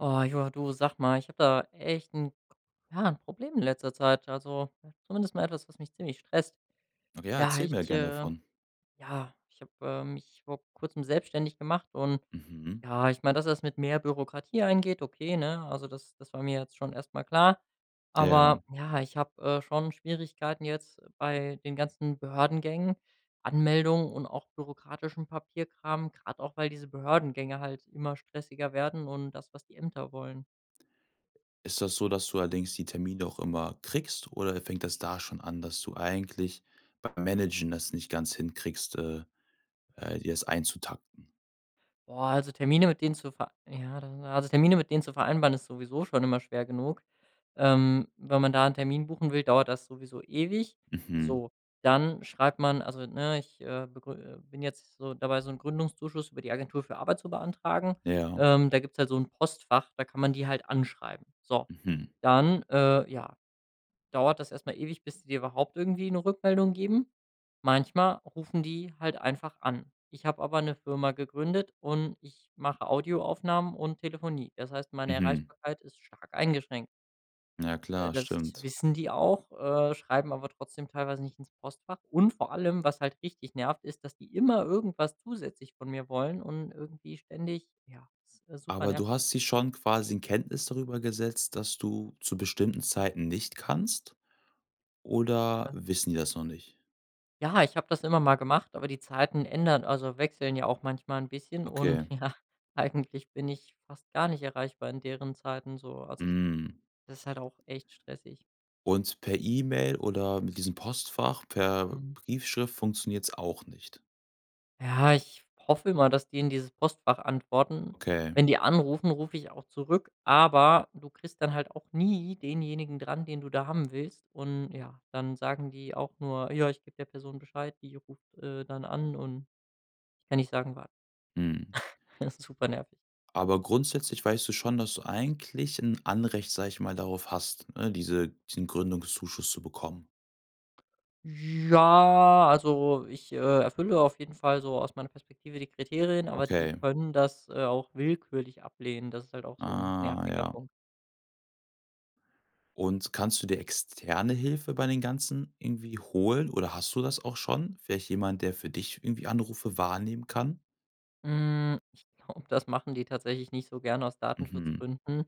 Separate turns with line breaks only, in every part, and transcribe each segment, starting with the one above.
Oh ja, du sag mal, ich habe da echt 'n Problem in letzter Zeit. Also, ja, zumindest mal etwas, was mich ziemlich stresst.
Okay, ja,
Ja,
erzähl mir
ich,
gern
äh
davon.
ja, ich habe, mich vor Kurzem selbstständig gemacht und
Mhm.
ja, ich meine, dass das mit mehr Bürokratie eingeht, okay, ne? Also, das war mir jetzt schon erst mal klar.
Ja.
Aber ja, ich habe, schon Schwierigkeiten jetzt bei den ganzen Behördengängen, Anmeldungen und auch bürokratischem Papierkram, gerade auch, weil diese Behördengänge halt immer stressiger werden und das, was die Ämter wollen.
Ist das so, dass du allerdings die Termine auch immer kriegst oder fängt das da schon an, dass du eigentlich beim Managen das nicht ganz hinkriegst, dir das einzutakten?
Boah, also Termine mit denen zu ver ja, da also Termine mit denen zu vereinbaren, ist sowieso schon immer schwer genug. Wenn man da 'n Termin buchen will, dauert das sowieso ewig.
Mhm.
So, dann schreibt man also, ne, ich, begrü bin jetzt so dabei, so 'n Gründungszuschuss über die Agentur für Arbeit zu beantragen.
Ja.
Da gibt's halt so 'n Postfach, da kann man die halt anschreiben. So,
Mhm.
dann, äh, ja, dauert das erstmal ewig, bis die dir überhaupt irgendwie eine Rückmeldung geben. Manchmal rufen die halt einfach an. Ich habe aber eine Firma gegründet und ich mache Audioaufnahmen und Telefonie. Das heißt, meine
Mhm.
Erreichbarkeit ist stark eingeschränkt.
Ja klar,
Das
stimmt.
wissen die auch, schreiben aber trotzdem teilweise nicht ins Postfach. Und vor allem, was halt richtig nervt, ist, dass die immer irgendwas zusätzlich von mir wollen und irgendwie ständig ja, ist, super
Aber du
nervig.
hast sie schon quasi in Kenntnis darüber gesetzt, dass du zu bestimmten Zeiten nicht kannst oder wissen die das noch nicht?
Ja, ich habe das immer mal gemacht, aber die Zeiten wechseln ja auch manchmal ein bisschen und
Okay.
ja, eigentlich bin ich fast gar nicht erreichbar in deren Zeiten so. Also, das
Mhm.
das ist halt auch echt stressig.
Und per E-Mail oder mit diesem Postfach, per
Mhm.
Briefschrift funktioniert's auch nicht.
Ja, ich hoffe immer, dass die in dieses Postfach antworten.
Okay,
Wenn die anrufen, rufe ich auch zurück, aber du kriegst dann halt auch nie denjenigen dran, den du da haben willst und ja, dann sagen die auch nur: „Ja, ich gebe der Person Bescheid, die ruft, dann an und ich kann nicht sagen, wann.“
mhm.
Super nervig.
Aber grundsätzlich weißt du schon, dass du eigentlich ein Anrecht, sage ich mal, darauf hast, ne, diesen Gründungszuschuss zu bekommen.
Ja, also erfülle auf jeden Fall so aus meiner Perspektive die Kriterien, aber die
Okay.
können das, auch willkürlich ablehnen. Das ist halt auch so ein
Ah,
nerviger
ja.
Punkt.
Und kannst du dir externe Hilfe bei den Ganzen irgendwie holen oder hast du das auch schon? Vielleicht jemand, der für dich irgendwie Anrufe wahrnehmen kann?
Hm, ich glaube, das machen die tatsächlich nicht so gerne aus
Mhm.
Datenschutzgründen.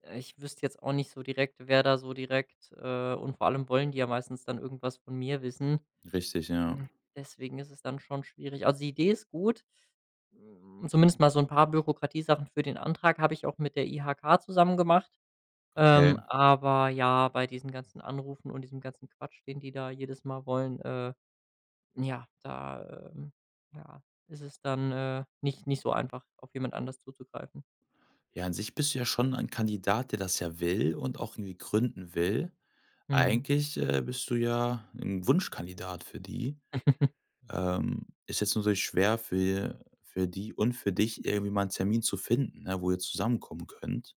Ich wüsste jetzt auch nicht so direkt, und vor allem wollen die ja meistens dann irgendwas von mir wissen.
Richtig, ja.
Hm, deswegen ist es dann schon schwierig. Also, die Idee ist gut. Hm, zumindest mal so ein paar Bürokratiesachen für den Antrag habe ich auch mit der IHK zusammen gemacht.
Okay.
Aber ja, bei diesen ganzen Anrufen und diesem ganzen Quatsch, den die da jedes Mal wollen, ja, da, ähm, ja, ist es dann, nicht so einfach, auf jemand anders zuzugreifen.
Ja, an sich bist du ja schon ein Kandidat, der das ja will und auch irgendwie gründen will.
Mhm.
Eigentlich, bist du ja ein Wunschkandidat für die. Ist jetzt natürlich schwer für die und für dich irgendwie mal einen Termin zu finden, ne, wo ihr zusammenkommen könnt.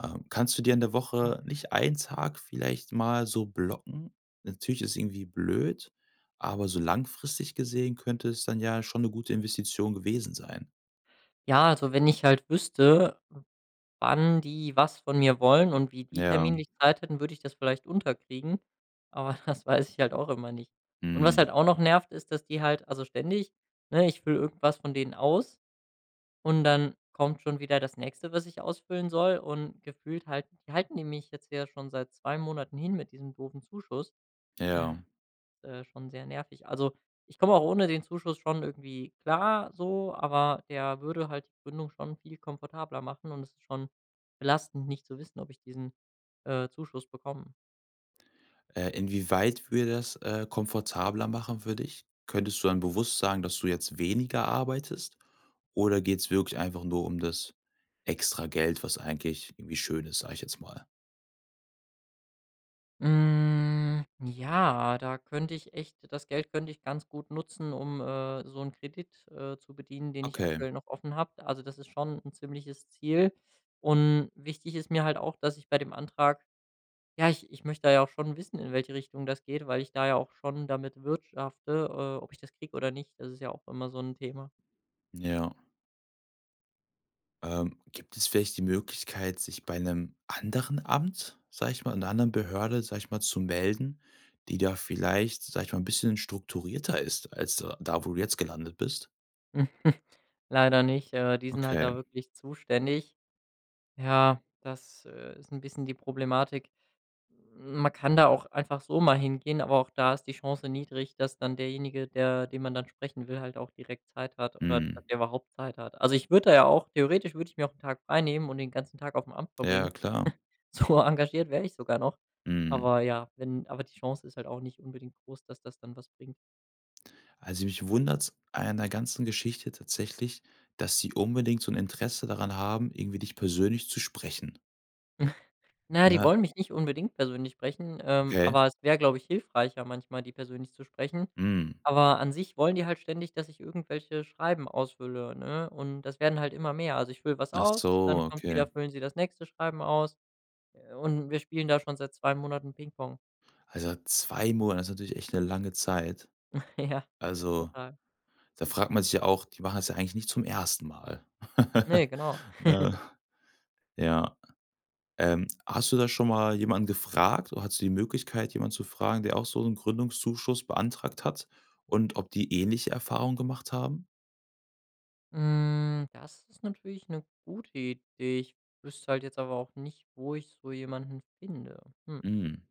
Kannst du dir in der Woche nicht einen Tag vielleicht mal so blocken? Natürlich ist irgendwie blöd, aber so langfristig gesehen könnte es dann ja schon eine gute Investition gewesen sein.
Ja, also, wenn ich halt wüsste, wann die was von mir wollen und wie die
Ja,
terminlich Zeit hätten, würde ich das vielleicht unterkriegen, aber das weiß ich halt auch immer nicht. Und was
mhm,
halt auch noch nervt, ist, dass ständig, ne, ich fülle irgendwas von denen aus. Und dann kommt schon wieder das Nächste, was ich ausfüllen soll, und gefühlt halten die mich jetzt ja schon seit 2 Monaten hin mit diesem doofen Zuschuss. Äh,
ja.
Schon sehr nervig. Also, ich komme auch ohne den Zuschuss schon irgendwie klar so, aber der würde halt die Gründung schon viel komfortabler machen und es ist schon belastend, nicht zu wissen, ob ich diesen, Zuschuss bekomme.
Inwieweit würde das, komfortabler machen für dich? Könntest du dann bewusst sagen, dass du jetzt weniger arbeitest? Oder geht es wirklich einfach nur um das extra Geld, was eigentlich irgendwie schön ist, sage ich jetzt mal?
Hm, ja, da könnte ich echt das Geld könnte ich ganz gut nutzen, um, so einen Kredit, zu bedienen, den ich
Okay,
aktuell noch offen habe. Also, das ist schon ein ziemliches Ziel. Und wichtig ist mir halt auch, dass ich bei dem Antrag ja, ich möchte da ja auch schon wissen, in welche Richtung das geht, weil ich da ja auch schon damit wirtschafte, ob ich das kriege oder nicht. Das ist ja auch immer so ein Thema.
ja. Gibt es vielleicht die Möglichkeit, sich bei einem anderen Amt, sag ich mal, einer anderen Behörde, sag ich mal, zu melden, die da vielleicht, sag ich mal, ein bisschen strukturierter ist als da, wo du jetzt gelandet bist?
Leider nicht. Die sind halt da
Okay,
wirklich zuständig. Ja, das, ist ein bisschen die Problematik. Man kann da auch einfach so mal hingehen, aber auch da ist die Chance niedrig, dass dann derjenige, der den man dann sprechen will, halt auch direkt Zeit hat oder
mhm.
dass der überhaupt Zeit hat. Also, ich würde da ja auch theoretisch würde ich mir auch einen Tag frei nehmen und den ganzen Tag auf dem Amt
Ja,
verbringen.
klar.
So engagiert wäre ich sogar noch.
Mhm.
Aber ja, wenn aber die Chance ist halt auch nicht unbedingt groß, dass das dann was bringt.
Also mich wundert an der ganzen Geschichte tatsächlich, dass sie unbedingt so 'n Interesse daran haben, irgendwie dich persönlich zu sprechen.
Na ja, die
Ja,
wollen mich nicht unbedingt persönlich sprechen,
okay.
aber es wäre, glaube ich, hilfreicher manchmal, die persönlich zu sprechen.
Mhm.
Aber an sich wollen die halt ständig, dass ich irgendwelche Schreiben ausfülle, ne? Und das werden halt immer mehr. Also, ich fülle was
Ach
aus,
so,
dann kommt
okay.
wieder füllen sie das nächste Schreiben aus, und wir spielen da schon seit zwei Monaten Pingpong.
Also 2 Monate, das ist natürlich echt 'ne lange Zeit.
Ja,
Also,
total.
da fragt man sich ja auch, die machen das ja eigentlich nicht zum ersten Mal.
Ne, genau.
Ne? Ja. Hast du da schon mal jemanden gefragt oder hattest du die Möglichkeit, jemanden zu fragen, der auch so 'n Gründungszuschuss beantragt hat und ob die ähnliche Erfahrungen gemacht haben?
Hm, das ist natürlich eine gute Idee. Ich wüsste halt jetzt aber auch nicht, wo ich so jemanden finde. Hm.
Mhm.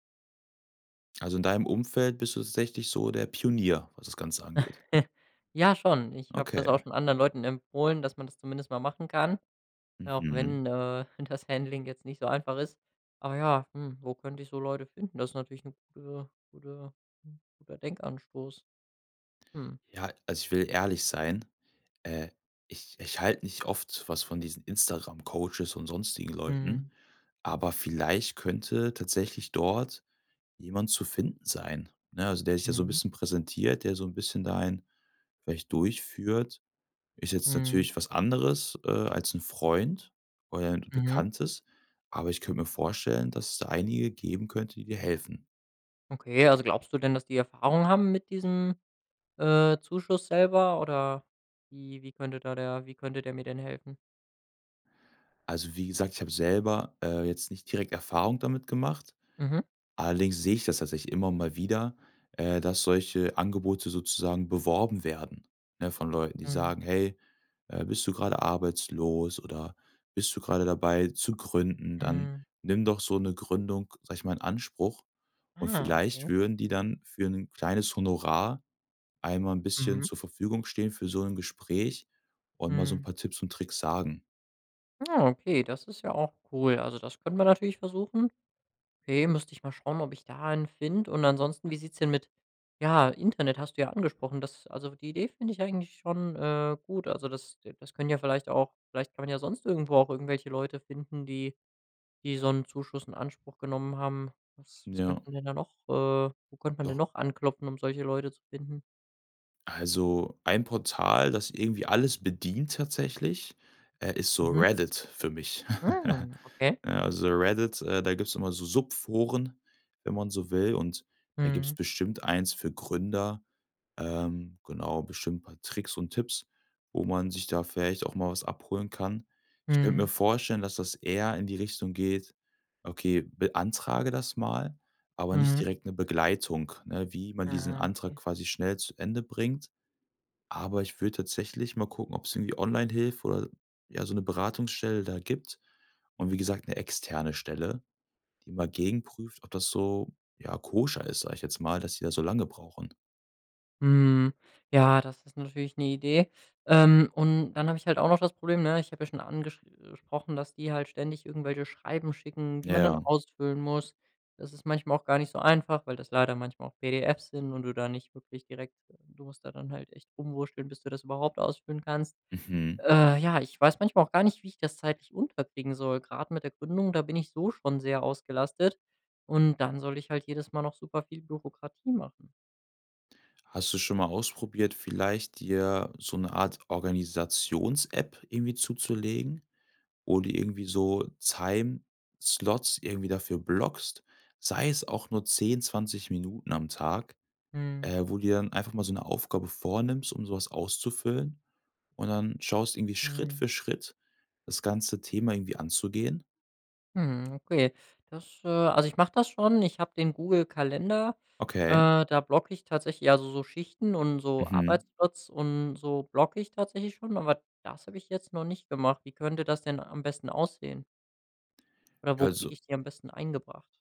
Also, in deinem Umfeld bist du tatsächlich so der Pionier, was das Ganze angeht.
Ja, schon. Ich habe
Okay.
das auch schon anderen Leuten empfohlen, dass man das zumindest mal machen kann. Auch
Mhm.
wenn, das Handling jetzt nicht so einfach ist. Aber ja, hm, wo könnte ich so Leute finden? Das ist natürlich ein guter Denkanstoß. Mhm.
Ja, also, ich will ehrlich sein, äh, ich halte nicht oft was von diesen Instagram-Coaches und sonstigen Leuten,
Mhm.
aber vielleicht könnte tatsächlich dort jemand zu finden sein, ne? Also, der sich da so ein
Mhm.
bisschen präsentiert, der so ein bisschen da einen vielleicht durchführt. Ist jetzt
Mhm.
natürlich was anderes, als ein Freund oder ein
Mhm.
Bekanntes, aber ich könnte mir vorstellen, dass es da einige geben könnte, die dir helfen.
Okay, also glaubst du denn, dass die Erfahrung haben mit diesem, Zuschuss selber oder wie könnte da der wie könnte der mir denn helfen?
Also, wie gesagt, ich habe selber, jetzt nicht direkt Erfahrung damit gemacht.
Mhm.
Allerdings sehe ich das tatsächlich immer mal wieder, dass solche Angebote sozusagen beworben werden, ne, von Leuten, die
Mhm.
sagen: „Hey, bist du gerade arbeitslos oder bist du gerade dabei zu gründen, dann
Mhm.
nimm doch so eine Gründung, sag ich mal, in Anspruch und
Ah,
vielleicht
okay.
würden die dann für ein kleines Honorar einmal ein bisschen
Mhm.
zur Verfügung stehen für so ein Gespräch und mal so ein
Mhm.
paar Tipps und Tricks sagen.
Ah, okay, das ist ja auch cool. Also, das könnte man natürlich versuchen. Okay, müsste ich mal schauen, ob ich da einen finde. Und ansonsten, wie sieht's denn mit ja, Internet hast du ja angesprochen. Die Idee finde ich eigentlich schon, gut. Also, das das können ja vielleicht auch vielleicht kann man ja sonst irgendwo auch irgendwelche Leute finden, die so einen Zuschuss in Anspruch genommen haben. Was könnte
Ja.
man denn da noch wo könnte man denn
Ja,
noch anklopfen, um solche Leute zu finden?
also, ein Portal, das irgendwie alles bedient tatsächlich, ist so
Mhm.
Reddit für mich.
Hm, okay.
Ja, also Reddit, da gibt's immer so Subforen, wenn man so will, und da gibt's
Mhm.
bestimmt eins für Gründer, genau, bestimmt ein paar Tricks und Tipps, wo man sich da vielleicht auch mal was abholen kann. Ich könnte mir
Mhm.
vorstellen, dass das eher in die Richtung geht: „Okay, beantrage das mal“, aber nicht
Mhm.
direkt eine Begleitung, ne, wie man diesen
Ah,
Antrag
okay.
quasi schnell zu Ende bringt. Aber ich würde tatsächlich mal gucken, ob es irgendwie Online-Hilfe oder, ja, so eine Beratungsstelle da gibt und wie gesagt eine externe Stelle, die mal gegenprüft, ob das so, ja, koscher ist, sage ich jetzt mal, dass die da so lange brauchen.
Mhm. Ja, das ist natürlich eine Idee. Und dann habe ich halt auch noch das Problem, ne, ich habe ja schon angesprochen, dass die halt ständig irgendwelche Schreiben schicken, die man dann
Ja,
ausfüllen muss. Das ist manchmal auch gar nicht so einfach, weil das leider manchmal auch PDFs sind und du da nicht wirklich direkt du musst da dann halt echt rumwurschteln, bis du das überhaupt ausfüllen kannst.
mhm.
Ja, ich weiß manchmal auch gar nicht, wie ich das zeitlich unterkriegen soll. Gerade mit der Gründung, da bin ich so schon sehr ausgelastet und dann soll ich halt jedes Mal noch super viel Bürokratie machen.
Hast du schon mal ausprobiert, vielleicht dir so eine Art Organisations-App irgendwie zuzulegen, wo du irgendwie so Time-Slots irgendwie dafür blockst, sei es auch nur 10, 20 Minuten am Tag?
Mhm.
Wo du dir dann einfach mal so eine Aufgabe vornimmst, um so was auszufüllen und dann schaust irgendwie Schritt für
Mhm.
Schritt das ganze Thema irgendwie anzugehen?
Hm, okay. Ich mache das schon. Ich habe den Google-Kalender,
Okay.
da blocke ich so Schichten und so
Mhm.
Arbeitsplatz und so blocke ich tatsächlich schon, aber das habe ich jetzt noch nicht gemacht. Wie könnte das denn am besten aussehen? Oder
Ja,
wo kriege
also
ich die am besten eingebracht?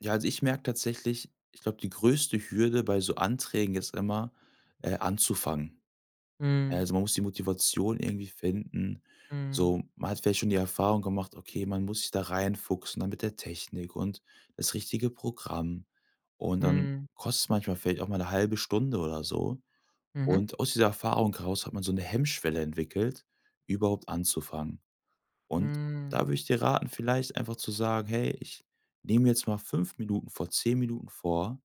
ja, also ich merke tatsächlich, ich glaube, die größte Hürde bei so Anträgen ist immer, anzufangen.
Mhm,
Also, man muss die Motivation irgendwie finden.
mhm,
So, man hat vielleicht schon die Erfahrung gemacht, okay, man muss sich da reinfuchsen, dann mit der Technik und das richtige Programm. Und dann
mhm,
kostet es manchmal vielleicht auch mal eine halbe Stunde oder so.
mhm,
Und aus dieser Erfahrung heraus hat man so eine Hemmschwelle entwickelt, überhaupt anzufangen. Und da
mhm,
würde ich dir raten, vielleicht einfach zu sagen: „Hey, ich nehme jetzt mal 5 Minuten vor, 10 Minuten vor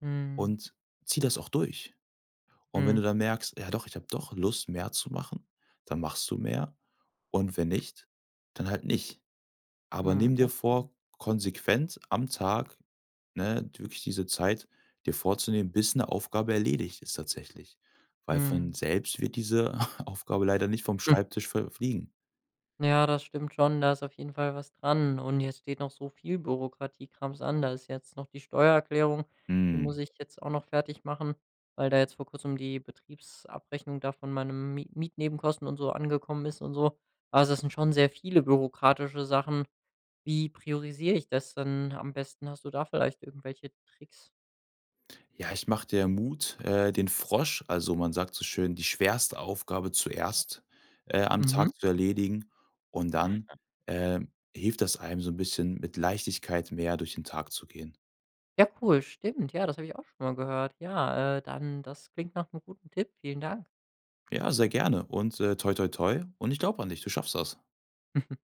mhm,
und zieh das auch durch.“ Und wenn
mhm,
du dann merkst: „Ja doch, ich habe doch Lust, mehr zu machen“, dann machst du mehr und wenn nicht, dann halt nicht. Aber nimm
mhm,
dir
okay,
vor, konsequent am Tag, ne, wirklich diese Zeit dir vorzunehmen, bis eine Aufgabe erledigt ist tatsächlich. Weil von
mhm.
selbst wird diese Aufgabe leider nicht vom Schreibtisch verfliegen.
Ja, das stimmt schon, da ist auf jeden Fall was dran. Und jetzt steht noch so viel Bürokratiekrams an. Da ist jetzt noch die Steuererklärung, die muss
Hm.
ich jetzt auch noch fertig machen, weil da jetzt vor Kurzem die Betriebsabrechnung da von meinem Mi Mietnebenkosten und so angekommen ist und so. Also das sind schon sehr viele bürokratische Sachen. Wie priorisiere ich das dann am besten? Hast du da vielleicht irgendwelche Tricks?
Ja, ich mache dir Mut, den Frosch, also, man sagt so schön, die schwerste Aufgabe zuerst, am
Mhm.
Tag zu erledigen und dann, hilft das einem so ein bisschen mit Leichtigkeit mehr durch den Tag zu gehen.
Ja, cool, stimmt. Ja, das habe ich auch schon mal gehört. Ja, dann, das klingt nach einem guten Tipp. Vielen Dank.
Ja, sehr gerne und, toi toi toi und ich glaube an dich, du schaffst das.